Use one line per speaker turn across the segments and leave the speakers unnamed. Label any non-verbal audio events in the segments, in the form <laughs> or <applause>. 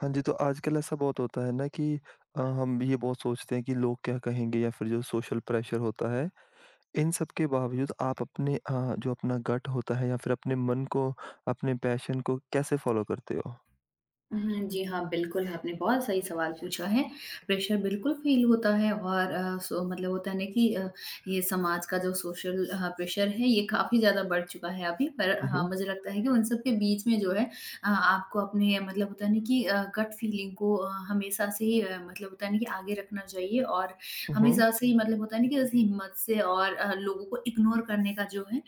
हाँ जी, तो आजकल ऐसा बहुत होता है ना कि हम ये बहुत सोचते हैं कि लोग क्या कहेंगे या फिर जो सोशल प्रेशर होता है, इन सब के बावजूद आप अपने जो अपना गट होता है या फिर अपने मन को, अपने पैशन को कैसे फॉलो करते हो?
हुँ, जी हाँ, बिल्कुल, आपने बहुत सही सवाल पूछा है। प्रेशर बिल्कुल फ़ील होता है और सो मतलब होता है ना कि ये समाज का जो सोशल प्रेशर है, ये काफ़ी ज़्यादा बढ़ चुका है अभी। पर
हुँ,
हाँ,
हुँ।
मुझे लगता है कि उन सब के बीच में जो है आपको अपने मतलब होता है ना कि गट फीलिंग को हमेशा से ही मतलब होता है ना कि आगे रखना चाहिए और
हुँ, हुँ।
हमेशा से ही मतलब होता है ना कि उस हिम्मत से और लोगों को इग्नोर करने का जो है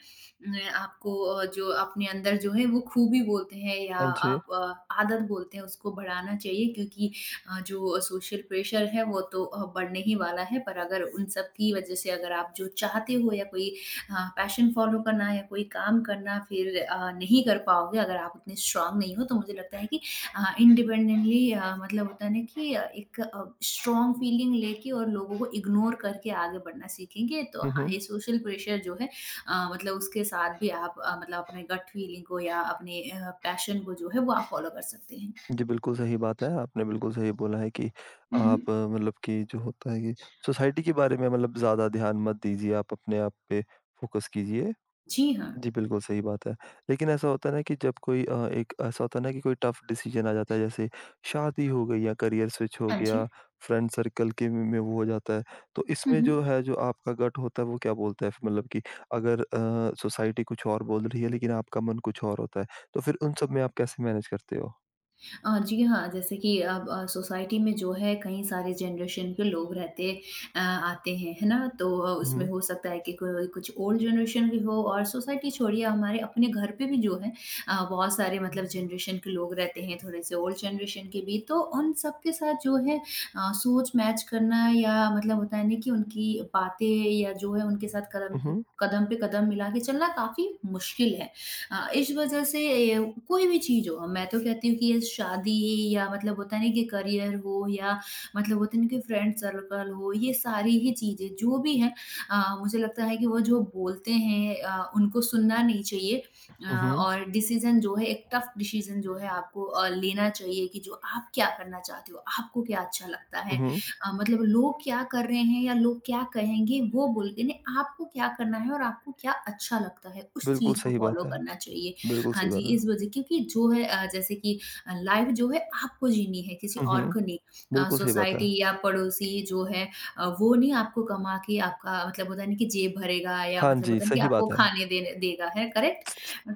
न आपको जो अपने अंदर जो है वो खूबी बोलते हैं या
हाँ जी।
आप आदत बोलते हैं उसको बढ़ाना चाहिए क्योंकि जो सोशल प्रेशर है वो तो बढ़ने ही वाला है पर अगर उन सब की वजह से अगर आप जो चाहते हो या कोई पैशन फॉलो करना या कोई काम करना फिर नहीं कर पाओगे अगर आप उतने स्ट्रांग नहीं हो तो मुझे लगता है कि इंडिपेंडेंटली मतलब होता है ना कि एक स्ट्रांग फीलिंग लेके और लोगों को इग्नोर करके आगे बढ़ना सीखेंगे तो
हुँ,
हाँ
हुँ।
ये सोशल प्रेशर जो है मतलब उसके साथ भी आप मतलब अपने गट फीलिंग को या अपने पैशन को जो है वो आप फ़ॉलो कर सकते हैं।
जी, बिल्कुल सही बात है। आपने बिल्कुल सही बोला है कि
हुँ,
आप
हुँ।
मतलब कि जो होता है कि सोसाइटी के बारे में मतलब ज़्यादा ध्यान मत दीजिए, आप अपने आप पे फ़ोकस कीजिए।
जी हाँ।
जी, बिल्कुल सही बात है। लेकिन ऐसा होता है ना कि जब कोई एक ऐसा होता है ना कि कोई टफ़ डिसीज़न आ जाता है जैसे शादी हो गई या करियर स्विच हो
हाँ जी।
गया, फ्रेंड सर्कल के में वो हो जाता है। तो
हुँ,
इसमें जो
हुँ।
है जो आपका गट होता है वो क्या बोलता है? मतलब कि अगर सोसाइटी कुछ और बोल रही है लेकिन आपका मन कुछ और होता है, तो फिर उन सब में आप कैसे मैनेज करते हो?
जी हाँ, जैसे कि अब सोसाइटी में जो है कई सारे जनरेशन के लोग रहते आते हैं, है ना? तो उसमें
हुँ,
हो सकता है कि कोई कुछ ओल्ड जनरेशन भी हो और सोसाइटी छोड़िए हमारे अपने घर पे भी जो है बहुत सारे मतलब जनरेशन के लोग रहते हैं, थोड़े से ओल्ड जनरेशन के भी। तो उन सब के साथ जो है सोच मैच करना या मतलब होता है ना कि उनकी बातें या जो है उनके साथ कदम पे
उहुँ,
कदम पे कदम मिला के चलना काफ़ी मुश्किल है। इस वजह से ये कोई भी चीज़ हो, मैं तो कहती हूँ कि ये शादी या मतलब होता है ना कि करियर हो या मतलब होता है ना कि फ्रेंड सर्कल हो, ये सारी ही चीज़ें जो भी हैं मुझे लगता है कि वो जो बोलते हैं उनको सुनना नहीं चाहिए
उहुँ,
और डिसीज़न जो है एक टफ डिसीज़न जो है आपको लेना चाहिए कि जो आप क्या करना चाहते हो, आपको क्या अच्छा लगता है।
उहुँ।
मतलब लोग क्या कर रहे हैं या लोग क्या कहेंगे वो बोल के नहीं आपको क्या करना है और आपको क्या अच्छा लगता है उस
बिल्कुल
चीज़ को
सही
फॉलो
बात है।
करना चाहिए।
बिल्कुल
हाँ
सही
जी,
बात है।
इस वज़ह क्योंकि जो है जैसे कि लाइफ़ जो है आपको जीनी है किसी
हुँ,
और
हुँ।
को नहीं।
बिल्कुल सही बात है।
सोसाइटी या पड़ोसी जो है वो नहीं आपको कमा के आपका मतलब होता है ना कि जेब भरेगा या
हाँ
मतलब
जी,
होता है ना कि
सही
आपको
बात है।
खाने देने देगा है, करेक्ट?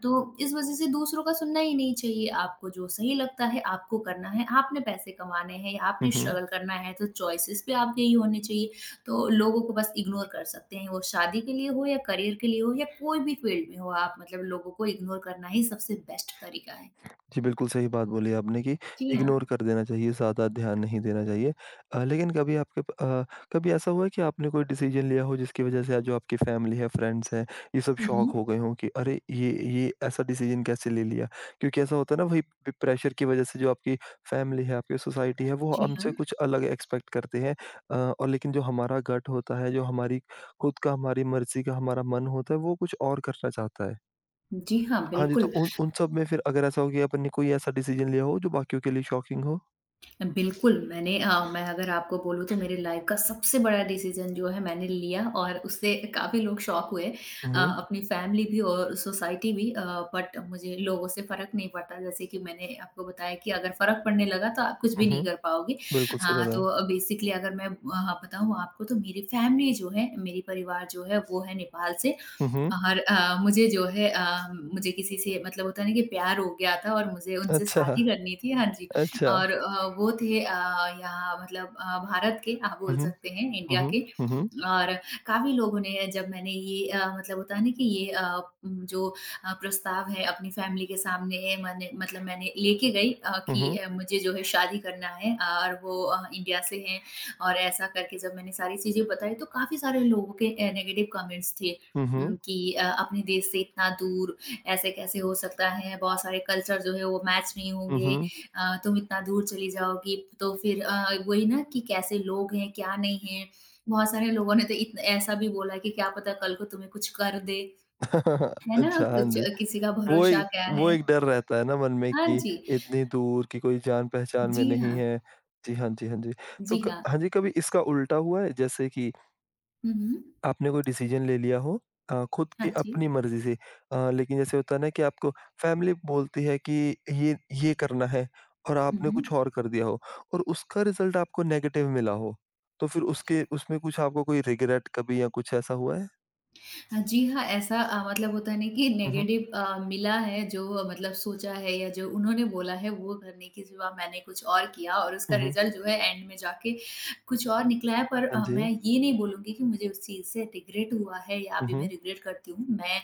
तो इस वज़ह से दूसरों का सुनना ही नहीं चाहिए, आपको जो सही लगता है, आपको करना है, आपने पैसे कमाने हैं या
हुँ,
आपने
हुँ।
स्ट्रगल करना है, तो चॉइसेस भी आपके ही होने चाहिए। तो लोगों को बस इग्नोर कर सकते हैं, वो शादी के लिए हो या करियर के लिए हो या कोई भी फील्ड में हो आप, मतलब लोगों को इग्नोर करना ही सबसे बेस्ट तरीका है।
जी, बिल्कुल सही बात बोली आपने कि
जी
इग्नोर
हाँ।
कर देना चाहिए, ज़्यादा ध्यान नहीं देना चाहिए। लेकिन कभी कभी ऐसा हुआ है कि आपने कोई डिसीज़न लिया हो जिसकी वज़ह से आज जो आपकी फैमिली है, फ्रेंड्स हैं, ये सब
हुँ,
शॉक हो
हुँ।
गए हों कि अरे! ये ऐसा डिसीज़न कैसे ले लिया? क्योंकि ऐसा होता है ना वही प प्रेशर की वज़ह से जो आपकी फैमिली है, आपकी सोसाइटी है वो
जी
हमसे
हाँ।
कुछ अलग एक्सपेक्ट करते हैं। और लेकिन जो हमारा गट होता है, जो हमारी खुद का हमारी मर्ज़ी का हमारा मन होता है वो कुछ और करना चाहता है।
जी हाँ,
हाँ जी, तो
बिल्कुल।
उन उन सब में फिर अगर ऐसा हो कि अपन ने कोई ऐसा डिसीज़न लिया हो जो बाकियों के लिए शॉकिंग हो?
बिल्कुल, मैं अगर आपको बोलूँ तो मेरे लाइफ़ का सबसे बड़ा डिसीज़न जो है मैंने लिया और उससे काफ़ी लोग शॉक हुए।
हुँ, हुँ।
अपनी फ़ैमिली भी और सोसाइटी भी बट मुझे लोगों से फ़र्क नहीं पड़ता। जैसे कि मैंने आपको बताया कि अगर फ़र्क पड़ने लगा तो आप कुछ भी
हुँ,
नहीं
हुँ।
कर पाओगे।
बिल्कुल सही
हाँ,
बताया।
तो बेसिकली अगर मैं बताऊँ आपको तो मेरी फ़ैमिली जो है, मेरी परिवार जो है वो है नेपाल से
हुँ, हुँ।
और मुझे जो है मुझे किसी से मतलब होता है ना कि प्यार हो गया था और मुझे उनसे
अच्छा,
शादी करनी थी, हाँ जी।
अच्छा।
और वो थे यहाँ मतलब भारत के आप
हुँ,
बोल
हुँ।
सकते हैं,
हुँ,
इंडिया
हुँ।
के।
हुँ,
और काफ़ी लोगों ने जब मैंने ये मतलब होता है ना कि ये जो प्रस्ताव है अपनी फ़ैमिली के सामने मैंने लेके गई कि
हुँ।
मुझे जो है शादी करना है और वो इंडिया से हैं और ऐसा करके जब मैंने सारी चीज़ें बताई, तो काफ़ी सारे लोगों के नेगेटिव कमेंट्स थे।
हुँ, हुँ। हुँ, हुँ।
कि अपने देश से इतना दूर ऐसे कैसे हो सकता है? बहुत सारे कल्चर जो है वो मैच नहीं
हुँ,
होंगे।
हुँ।
तुम इतना दूर चली जाओगी तो फिर वही ना कि कैसे लोग हैं, क्या नहीं हैं। बहुत सारे लोगों ने तो इत ऐसा भी बोला कि क्या पता कल को तुम्हें कुछ कर दे,
<laughs>
है ना?
अच्छा, हाँ
कुछ
जी।
किसी का
वो
भरोसा
एक
क्या
वो
है?
एक डर रहता है ना मन में
हाँ
कि
जी।
इतनी दूर कि कोई जान-पहचान में
जी
नहीं
हाँ।
है। जी हाँ, जी हाँ, जी। तो
जी
क
हाँ।
हाँ जी, कभी इसका उल्टा हुआ है? जैसे कि
हुँ, हुँ।
आपने कोई डिसीजन ले लिया हो खुद
हाँ
की
जी।
अपनी मर्ज़ी से लेकिन जैसे होता है ना कि आपको फैमिली बोलती है कि ये ये करना है और
हुँ,
आपने
हुँ।
कुछ और कर दिया हो और उसका रिज़ल्ट आपको नेगेटिव मिला हो, तो फिर उसके उसमें कुछ आपको कोई रिग्रेट कभी या कुछ ऐसा हुआ है?
हाँ, जी हाँ, ऐसा मतलब होता है ना कि
हुँ, हुँ,
नेगेटिव मिला है जो मतलब सोचा है या जो उन्होंने बोला है वो करने के सिवा मैंने कुछ और किया और उसका
हुँ, हुँ।
रिज़ल्ट जो है एंड में जाके कुछ और निकला है। पर
हाँ जी।
मैं ये नहीं बोलूँगी कि मुझे उस चीज़ से रिग्रेट हुआ है या
हुँ,
अभी मैं
हुँ,
रिग्रेट करती हूँ। मैं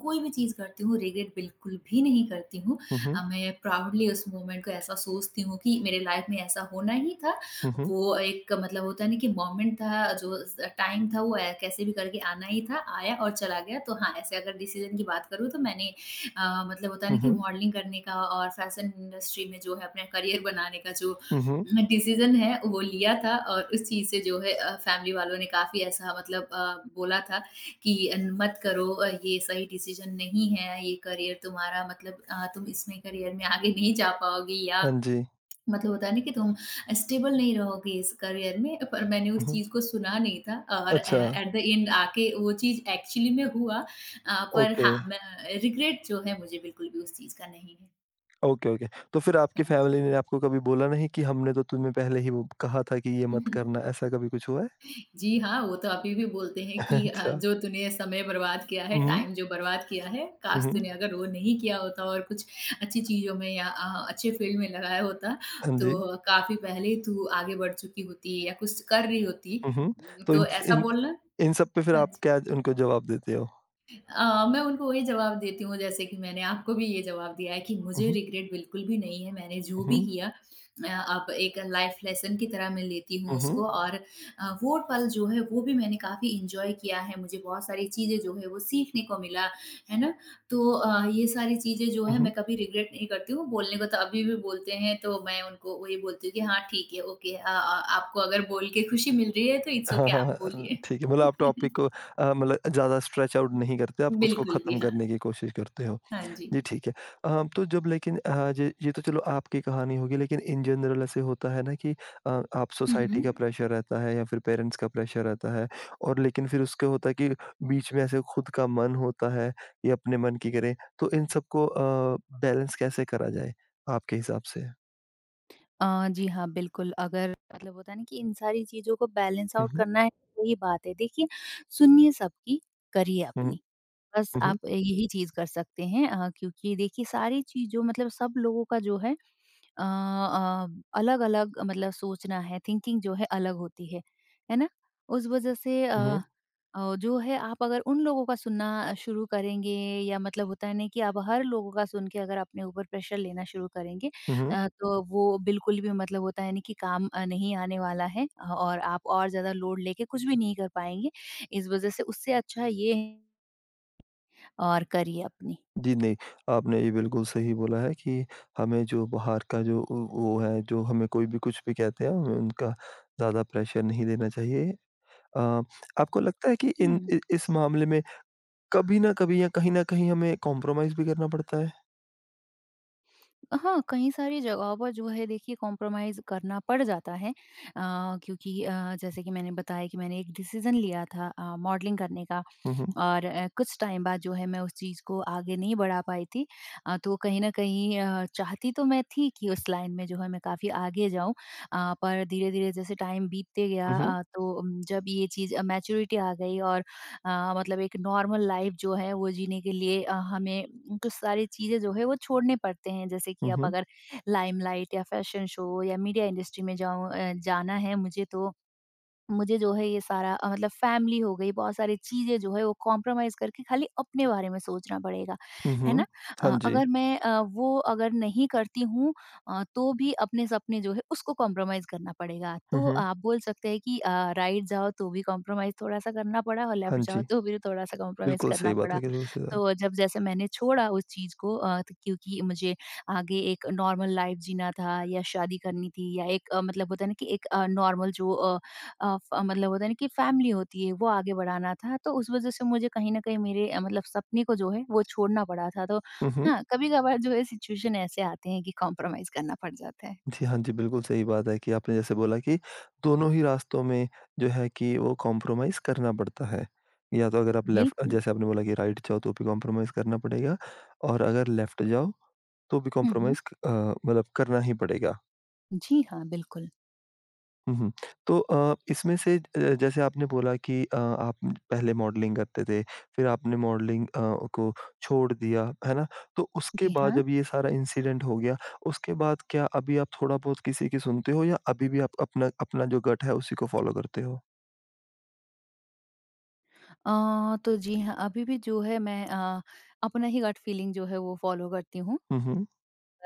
कोई भी चीज़ करती हूँ रिग्रेट बिल्कुल भी नहीं करती हूँ।
हुँ,
मैं प्राउडली उस मोमेंट को ऐसा सोचती हूँ कि मेरे लाइफ़ में ऐसा होना ही था
हुँ, हुँ,
वो एक मतलब होता है ना कि मोमेंट था जो ज़ टाइम था वो ए कैसे भी करके आना ही था, आया और चला गया। तो हाँ, ऐसे अगर डिसीज़न की बात करूँ तो मैंने मतलब होता है ना
हुँ,
कि
हुँ, हुँ,
मॉडलिंग करने का और फ़ैशन इंडस्ट्री में जो है अपना करियर बनाने का जो
हुँ, हुँ।
डिसीज़न है वो लिया था और उस चीज़ से जो है फैमिली वालों ने काफ़ी ऐसा मतलब बोला था कि मत करो ये सही डिसीज़न नहीं है, ये करियर तुम्हारा मतलब तुम इसमें करियर में आगे नहीं जा पाओगी या
हाँ जी।
मतलब होता है ना कि तुम स्टेबल नहीं रहोगे इस करियर में पर मैंने उस
हुँ, हुँ।
चीज़ को सुना नहीं था और
अच्छा,
एट द एंड आके वो चीज़ एक्चुअली में हुआ पर
ओके।
हाँ मैं रिग्रेट जो है मुझे बिल्कुल भी उस चीज़ का नहीं है।
Okay, okay. तो फिर आपकी
हाँ
फैमिली ने आपको कभी बोला नहीं कि हमने तो तुम्हें पहले ही वो कहा था कि ये मत
जी। <laughs>
करना, ऐसा कभी कुछ हुआ है?
जी हाँ, वो तो अभी भी बोलते हैं कि
अच्छा।
जो तूने समय बर्बाद किया है,
हुँ,
टाइम जो बर्बाद किया है,
हुँ,
काश
हुँ।
तूने अगर वो नहीं किया होता और कुछ अच्छी चीज़ों में या अच्छे फील्ड में लगाया होता,
हाँ जी।
तो काफ़ी पहले तू आगे बढ़ चुकी होती या कुछ कर रही होती।
हुँ, हुँ। तो
तो
इन
ऐसा
इन
बोलना
इन सब पे फिर आप
अच्छा।
क्या उनको जवाब देते हो?
मैं उनको वही जवाब देती हूँ जैसे कि मैंने आपको भी ये जवाब दिया है कि
हुँ,
मुझे
हुँ,
रिग्रेट बिल्कुल भी नहीं है, मैंने जो भी
हुँ,
किया अब एक लाइफ लेसन की तरह मैं लेती हूँ
हुँ, हुँ,
उसको और वो पल जो है वो भी मैंने काफ़ी एन्जॉय किया है, मुझे बहुत सारी चीज़ें जो है वो सीखने को मिला, है ना? तो ये सारी चीज़ें जो
हुँ,
है मैं
हुँ।
कभी रिग्रेट नहीं करती हूँ, बोलने को तो अभी भी बोलते हैं तो मैं उनको वही बोलती हूँ कि हाँ, ठीक है, ओके आपको अगर बोल के खुशी मिल रही है तो इट्स
हाँ,
ओके
हाँ,
आप
हाँ।
बोलिए।
ठीक है, मतलब आप
<laughs>
टॉपिक को मतलब ज़्यादा स्ट्रेच आउट नहीं करते, आप उसको
बिल्कुल भी,
खत्म
हाँ।
करने की कोशिश करते हो।
हाँ जी।
जी, ठीक है। तो जब लेकिन अ, जे ये तो चलो आपकी कहानी होगी लेकिन इन जनरल ऐसे होता है ना कि आप
हुँ,
सोसाइटी
हुँ।
का प्रेशर रहता है या फिर पेरेंट्स का प्रेशर रहता है और लेकिन फिर उसके होता है कि बीच में ऐसे खुद का मन होता है या अपने मन की करें, तो इन सबको बैलेंस कैसे करा जाए आपके हिसाब से?
जी हाँ, बिल्कुल अगर मतलब होता है ना कि इन सारी चीज़ों को बैलेंस
हुँ,
आउट
हुँ।
करना है, वही बात है। देखिए सुनिए सबकी, करिए
हुँ,
अपनी। बस
हुँ,
आप
हुँ,
यही चीज़ कर सकते हैं क्योंकि देखिए सारी चीज़ों मतलब सब लोगों का जो है अ अ, अलग-अलग मतलब सोचना है, थिंकिंग जो है अलग होती है ना? उस वज़ह से
हुँ,
जो है आप अगर उन लोगों का सुनना शुरू करेंगे या मतलब होता है ना कि आप हर लोगों का सुन के अगर अपने ऊपर प्रेशर लेना शुरू करेंगे
हुँ, हुँ।
तो वो बिल्कुल भी मतलब होता है ना कि काम नहीं आने वाला है और आप और ज़्यादा लोड लेके कुछ भी नहीं कर पाएँगे। इस वज़ह से उससे अच्छा ये है और करिए अपनी।
जी, नहीं, आपने ये बिल्कुल सही बोला है कि हमें जो बाहर का जो वो है, जो हमें कोई भी कुछ भी कहते हैं, हमें उनका ज़्यादा प्रेशर नहीं देना चाहिए। अ, आपको लगता है कि इन
हुँ।
इ इस मामले में कभी न कभी या कहीं न कहीं हमें कॉम्प्रोमाइज़ भी करना पड़ता है?
हाँ, कई सारी जगहों पर जो है देखिए कॉम्प्रोमाइज़ करना पड़ जाता है। क्योंकि जैसे कि मैंने बताया कि मैंने एक डिसीज़न लिया था मॉडलिंग करने का
हुँ, हुँ।
और कुछ टाइम बाद जो है मैं उस चीज़ को आगे नहीं बढ़ा पाई थी। तो कहीं न कहीं चाहती तो मैं थी कि उस लाइन में जो है मैं काफ़ी आगे जाऊँ पर धीरे-धीरे जैसे टाइम बीतते गया
हुँ, हुँ।
तो जब ये चीज़ मैच्योरिटी आ गई और मतलब एक नॉर्मल लाइफ़ जो है वो जीने के लिए हमें कुछ सारी चीज़ें जो है वो छोड़ने पड़ते हैं। जैसे कि
हुँ,
अब
हुँ।
अगर लाइमलाइट या फैशन शो या मीडिया इंडस्ट्री में जाऊँ जाना है मुझे तो मुझे जो है ये सारा मतलब फैमिली हो गई, बहुत सारी चीज़ें जो है वो कॉम्प्रोमाइज़ करके खाली अपने बारे में सोचना पड़ेगा,
हुँ,
है ना?
हुँ। हाँ जी।
अगर मैं वो अगर नहीं करती हूँ तो भी अपने सपने जो है उसको कॉम्प्रोमाइज़ करना पड़ेगा।
हुँ,
तो
हुँ।
आप बोल सकते हैं कि राइट जाओ तो भी कॉम्प्रोमाइज़ थोड़ा-सा करना पड़ा और लेफ्ट
हाँ
जाओ
जी।
तो भी थोड़ा-सा कॉम्प्रोमाइज़
बिल्कुल
करना
सही बात
पड़ा।
है।
तो जब जैसे मैंने छोड़ा उस चीज़ को अ, त क्योंकि मुझे आगे एक नॉर्मल लाइफ़ जीना था या शादी करनी थी या एक मतलब होता है ना कि एक नॉर्मल जो अ अ, फ मतलब होता है ना कि फैमिली होती है, वो आगे बढ़ाना था, तो उस वज़ह से मुझे कहीं न कहीं मेरे मतलब सपने को जो है वो छोड़ना पड़ा था। तो
हुँ, हुँ।
हाँ, कभी-कभार जो है सिचुएशन ऐसे आते हैं कि कॉम्प्रोमाइज़ करना पड़ जाता है।
जी, हाँ जी, बिल्कुल सही बात है कि आपने जैसे बोला कि दोनों ही रास्तों में जो है कि वो कॉम्प्रोमाइज़ करना पड़ता है। या तो अगर आप लेफ्ट
बिल्कुल।
जैसे आपने बोला कि राइट जाओ तो भी कॉम्प्रोमाइज़ करना पड़ेगा और अगर लेफ्ट जाओ तो भी
हुँ, हुँ।
कॉम्प्रोमाइज़ मतलब करना ही पड़ेगा।
जी हाँ, बिल्कुल।
हुँ, हुँ। तो इसमें से जैसे आपने बोला कि आप पहले मॉडलिंग करते थे, फिर आपने मॉडलिंग को छोड़ दिया, है ना? तो उसके
जी
बाद
हाँ।
जब ये सारा इंसिडेंट हो गया, उसके बाद क्या अभी आप थोड़ा-बहुत किसी की सुनते हो या अभी भी आप अपना अपना जो गट है उसी को फ़ॉलो करते हो?
तो जी हाँ, अभी भी जो है मैं अपना ही गट फीलिंग जो है वो फ़ॉलो करती हूँ।
हुँ, हुँ।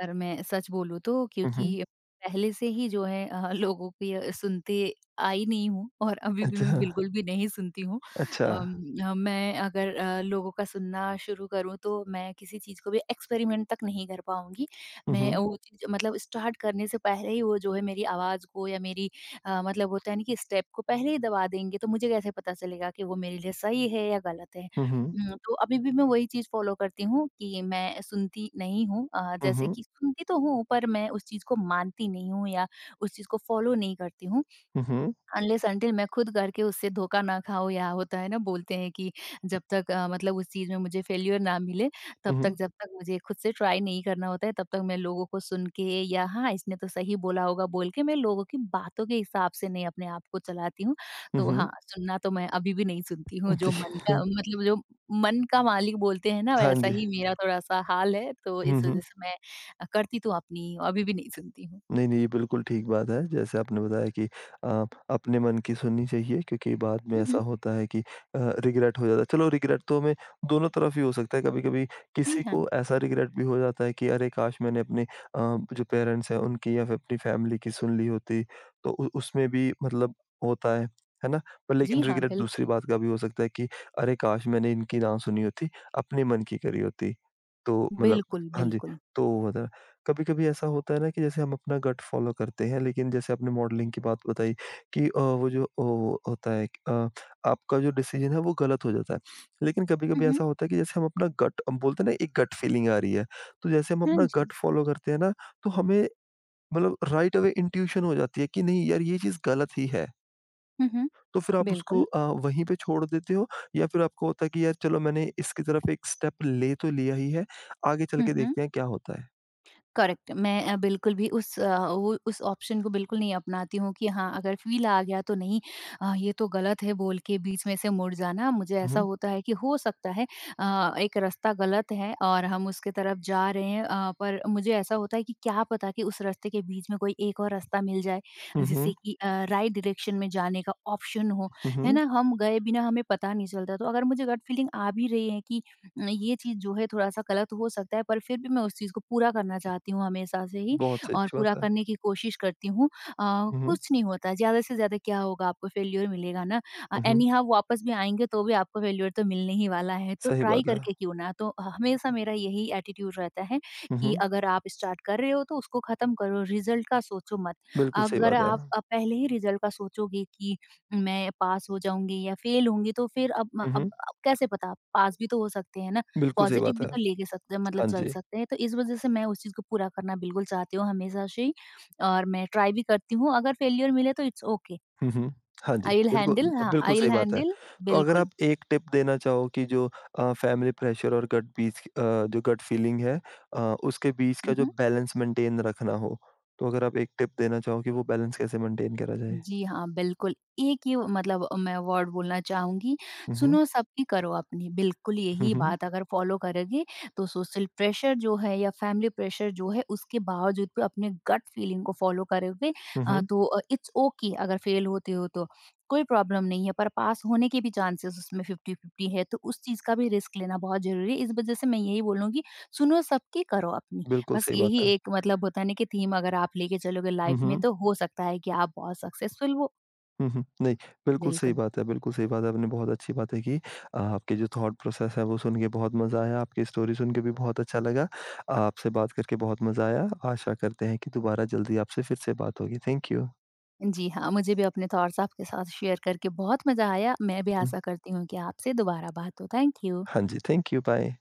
अगर मैं सच बोलूँ तो
हुँ, हुँ।
क्योंकि पहले से ही जो है लोगों की सुनते आई नहीं हूँ और अभी भी मैं
अच्छा,
बिल्कुल भी नहीं सुनती हूँ।
अच्छा।
अम, मैं अगर लोगों का सुनना शुरू करूँ तो मैं किसी चीज़ को भी एक्सपेरिमेंट तक नहीं कर पाऊँगी।
हुँ,
मैं
हुँ।
वो चीज़ मतलब स्टार्ट करने से पहले ही वो जो है मेरी आवाज़ को या मेरी मतलब होता है ना कि स्टेप को पहले ही दबा देंगे तो मुझे कैसे पता चलेगा कि वो मेरे लिए सही है या गलत है?
हुँ, हुँ।
तो अभी भी मैं वही चीज़ फ़ॉलो करती हूँ कि मैं सुनती नहीं हूँ
हुँ,
जैसे
हुँ।
कि सुनती तो हूँ पर मैं उस चीज़ को मानती नहीं हूँ या उस चीज़ को फ़ॉलो नहीं करती हूँ।
हुँ, हुँ।
अनलेस अनटिल मैं खुद करके उससे धोखा ना खाऊँ या होता है ना बोलते हैं कि जब तक मतलब उस चीज़ में मुझे फेल्यूर ना मिले
हुँ,
तब तक
हुँ।
जब तक मुझे खुद से ट्राई नहीं करना होता है तब तक मैं लोगों को सुन के या हाँ इसने तो सही बोला होगा बोल के मैं लोगों की बातों के हिसाब से नहीं अपने आप को चलाती हूँ।
हुँ,
तो
हुँ।
हाँ, सुनना तो मैं अभी भी नहीं सुनती हूँ जो
जी।
मन
<laughs>
का मतलब जो मन का मालिक बोलते हैं ना
हाँ
वैसा
जी।
ही मेरा थोड़ा-सा हाल है तो
हुँ,
इस वज़ह
हुँ।
से मैं करती तो अपनी अभी भी नहीं सुनती हूँ।
नहीं, नहीं, ये बिल्कुल ठीक बात है। जैसे आपने बताया कि अपने मन की सुननी चाहिए क्योंकि बाद में
हुँ,
ऐसा
हुँ।
होता है कि रिग्रेट हो जाता है। चलो रिग्रेट तो हमें दोनों तरफ ही हो सकता है, कभी-कभी
जी
किसी
हाँ।
को ऐसा रिग्रेट भी हो जाता है कि अरे काश! मैंने अपने जो पेरेंट्स हैं उनकी या फिर अपनी फैमिली की सुन ली होती तो उ उसमें भी मतलब होता है ना? पर
जी
लेकिन
हाँ,
रिग्रेट दूसरी
बिल्कुल।
बात का भी हो सकता है कि अरे काश! मैंने इनकी ना सुनी होती, अपने मन की करी होती। तो मतलब
बिल्कुल,
हाँ जी,
बिल्कुल।
तो वो होता है। कभी-कभी ऐसा होता है ना कि जैसे हम अपना गट फ़ॉलो करते हैं, लेकिन जैसे आपने मॉडलिंग की बात बताई कि वो जो ओ होता है कि, आपका जो डिसीज़न है वो गलत हो जाता है। लेकिन
हुँ,
कभी-कभी
हुँ।
ऐसा होता है कि जैसे हम अपना गट हम बोलते हैं ना एक गट फीलिंग आ रही है, तो जैसे हम
हाँ
अपना
जी।
गट फ़ॉलो करते हैं ना, तो हमें मतलब राइट अवे इंट्यूशन हो जाती है कि नहीं यार ये चीज़ गलत ही है।
हुँ, हुँ।
तो फिर आप उसको
बिल्कुल।
वहीं पे छोड़ देते हो या फिर आपको होता है कि यार चलो मैंने इसकी तरफ एक स्टेप ले तो लिया ही है, आगे चल
हुँ,
के
हुँ।
देखते हैं क्या होता है?
करेक्ट। मैं बिल्कुल भी उस अ, वो उस ऑप्शन को बिल्कुल नहीं अपनाती हूँ कि हाँ, अगर फ़ील आ गया तो नहीं ये तो गलत है बोल के बीच में से मुड़ जाना। मुझे
हुँ,
ऐसा
हुँ।
होता है कि हो सकता है एक रास्ता गलत है और हम उसके तरफ जा रहे हैं पर मुझे ऐसा होता है कि क्या पता कि उस रास्ते के बीच में कोई एक और रास्ता मिल जाए,
हुँ,
जिससे
हुँ।
कि राइट डायरेक्शन में जाने का ऑप्शन हो,
हुँ,
है
हुँ।
ना? हम गए बिना हमें पता नहीं चलता। तो अगर मुझे गट फीलिंग आ भी रही है कि ये चीज़ जो है थोड़ा-सा गलत हो सकता है, पर फिर भी मैं उस चीज़ को पूरा करना चाहती हूँ हमेशा से ही
बहुत सही
और
अच्छी
पूरा
बात है।
करने की कोशिश करती हूँ।
हुँ, हुँ।
कुछ नहीं होता, ज़्यादा से ज़्यादा क्या होगा आपको फेल्योर मिलेगा ना।
हुँ, हुँ।
एनी हाउ वापस भी आएँगे तो भी आपको फेल्योर तो मिलने ही वाला है, तो
सही
ट्राई
बात है।
करके क्यों ना। तो हमेशा मेरा यही एटीट्यूड रहता है
हुँ,
कि
हुँ।
अगर आप स्टार्ट कर रहे हो तो उसको खत्म करो, रिजल्ट का सोचो मत।
बिल्कुल सही
अगर
बात है।
आप पहले ही रिजल्ट का सोचोगे कि मैं पास हो जाऊँगी या फेल होंगी तो फिर अब म
हुँ, हुँ।
अब कैसे पता? पास भी तो हो सकते हैं ना,
बिल्कुल सही
पॉज़िटिव
बात
भी
है।
तो लेके सकते हैं मतलब
हाँ
चल
जी।
सकते हैं। तो इस वज़ह से मैं उस चीज़ को पूरा करना बिल्कुल चाहती हूँ हमेशा से ही और मैं ट्राई भी करती हूँ। अगर फेल्योर मिले तो इट्स ओके
हुँ, हुँ। हाँ जी,
आई विल हैंडल
बिल्कुल
हाँ,
बिल्कुल
आई विल
सही बात है।
हैंडल
तो अगर
बिल्कुल।
आप एक टिप देना चाहो कि जो फैमिली प्रेशर और गट बीच जो गट फीलिंग है अ, उसके बीच का
हुँ,
जो
हुँ।
बैलेंस मेंटेन रखना हो, तो अगर आप एक टिप देना चाहो कि वो बैलेंस कैसे मेंटेन करा जाए?
जी हाँ, बिल्कुल। एक ही मतलब मैं वर्ड बोलना चाहूँगी,
हुँ, हुँ।
सुनो सबकी करो अपनी। बिल्कुल
हुँ,
यही
हुँ।
बात अगर फ़ॉलो करोगे, तो सोशल प्रेशर जो है या फैमिली प्रेशर जो है, उसके बावजूद भी अपने गट फीलिंग को फ़ॉलो करोगे
हुँ, हुँ।
तो इट्स ओके अगर फेल होते हो तो। कोई प्रॉब्लम नहीं है, पर पास होने के भी चांसेस उसमें 50-50 है, तो उस चीज़ का भी रिस्क लेना बहुत ज़रूरी है। इस वज़ह से मैं यही बोलूँगी, सुनो सबकी, करो अपनी।
बिल्कुल
बस
सही
यही
बात है।
एक मतलब होता है ना कि थीम अगर आप लेके चलोगे
हुँ,
लाइफ में
हुँ।
तो हो सकता है कि आप बहुत सक्सेसफुल हो।
हुँ, हुँ। नहीं, बिल्कुल सही
बिल्कुल।
बात है, बिल्कुल सही बात है। आपने बहुत अच्छी बातें की। आपके जो थॉट प्रोसेस है वो सुन के बहुत मज़ा आया, आपकी स्टोरी सुन के भी बहुत अच्छा लगा। आपसे बात करके बहुत मज़ा आया। आशा करते हैं कि दोबारा जल्दी आपसे फिर से बात होगी। Thank you.
जी हाँ, मुझे भी अपने थॉट्स आपके साथ शेयर करके बहुत मज़ा आया। मैं भी
हुँ।
आशा करती हूँ कि आपसे दोबारा बात हो। Thank you.
हाँ जी, थैंक यू, बाय।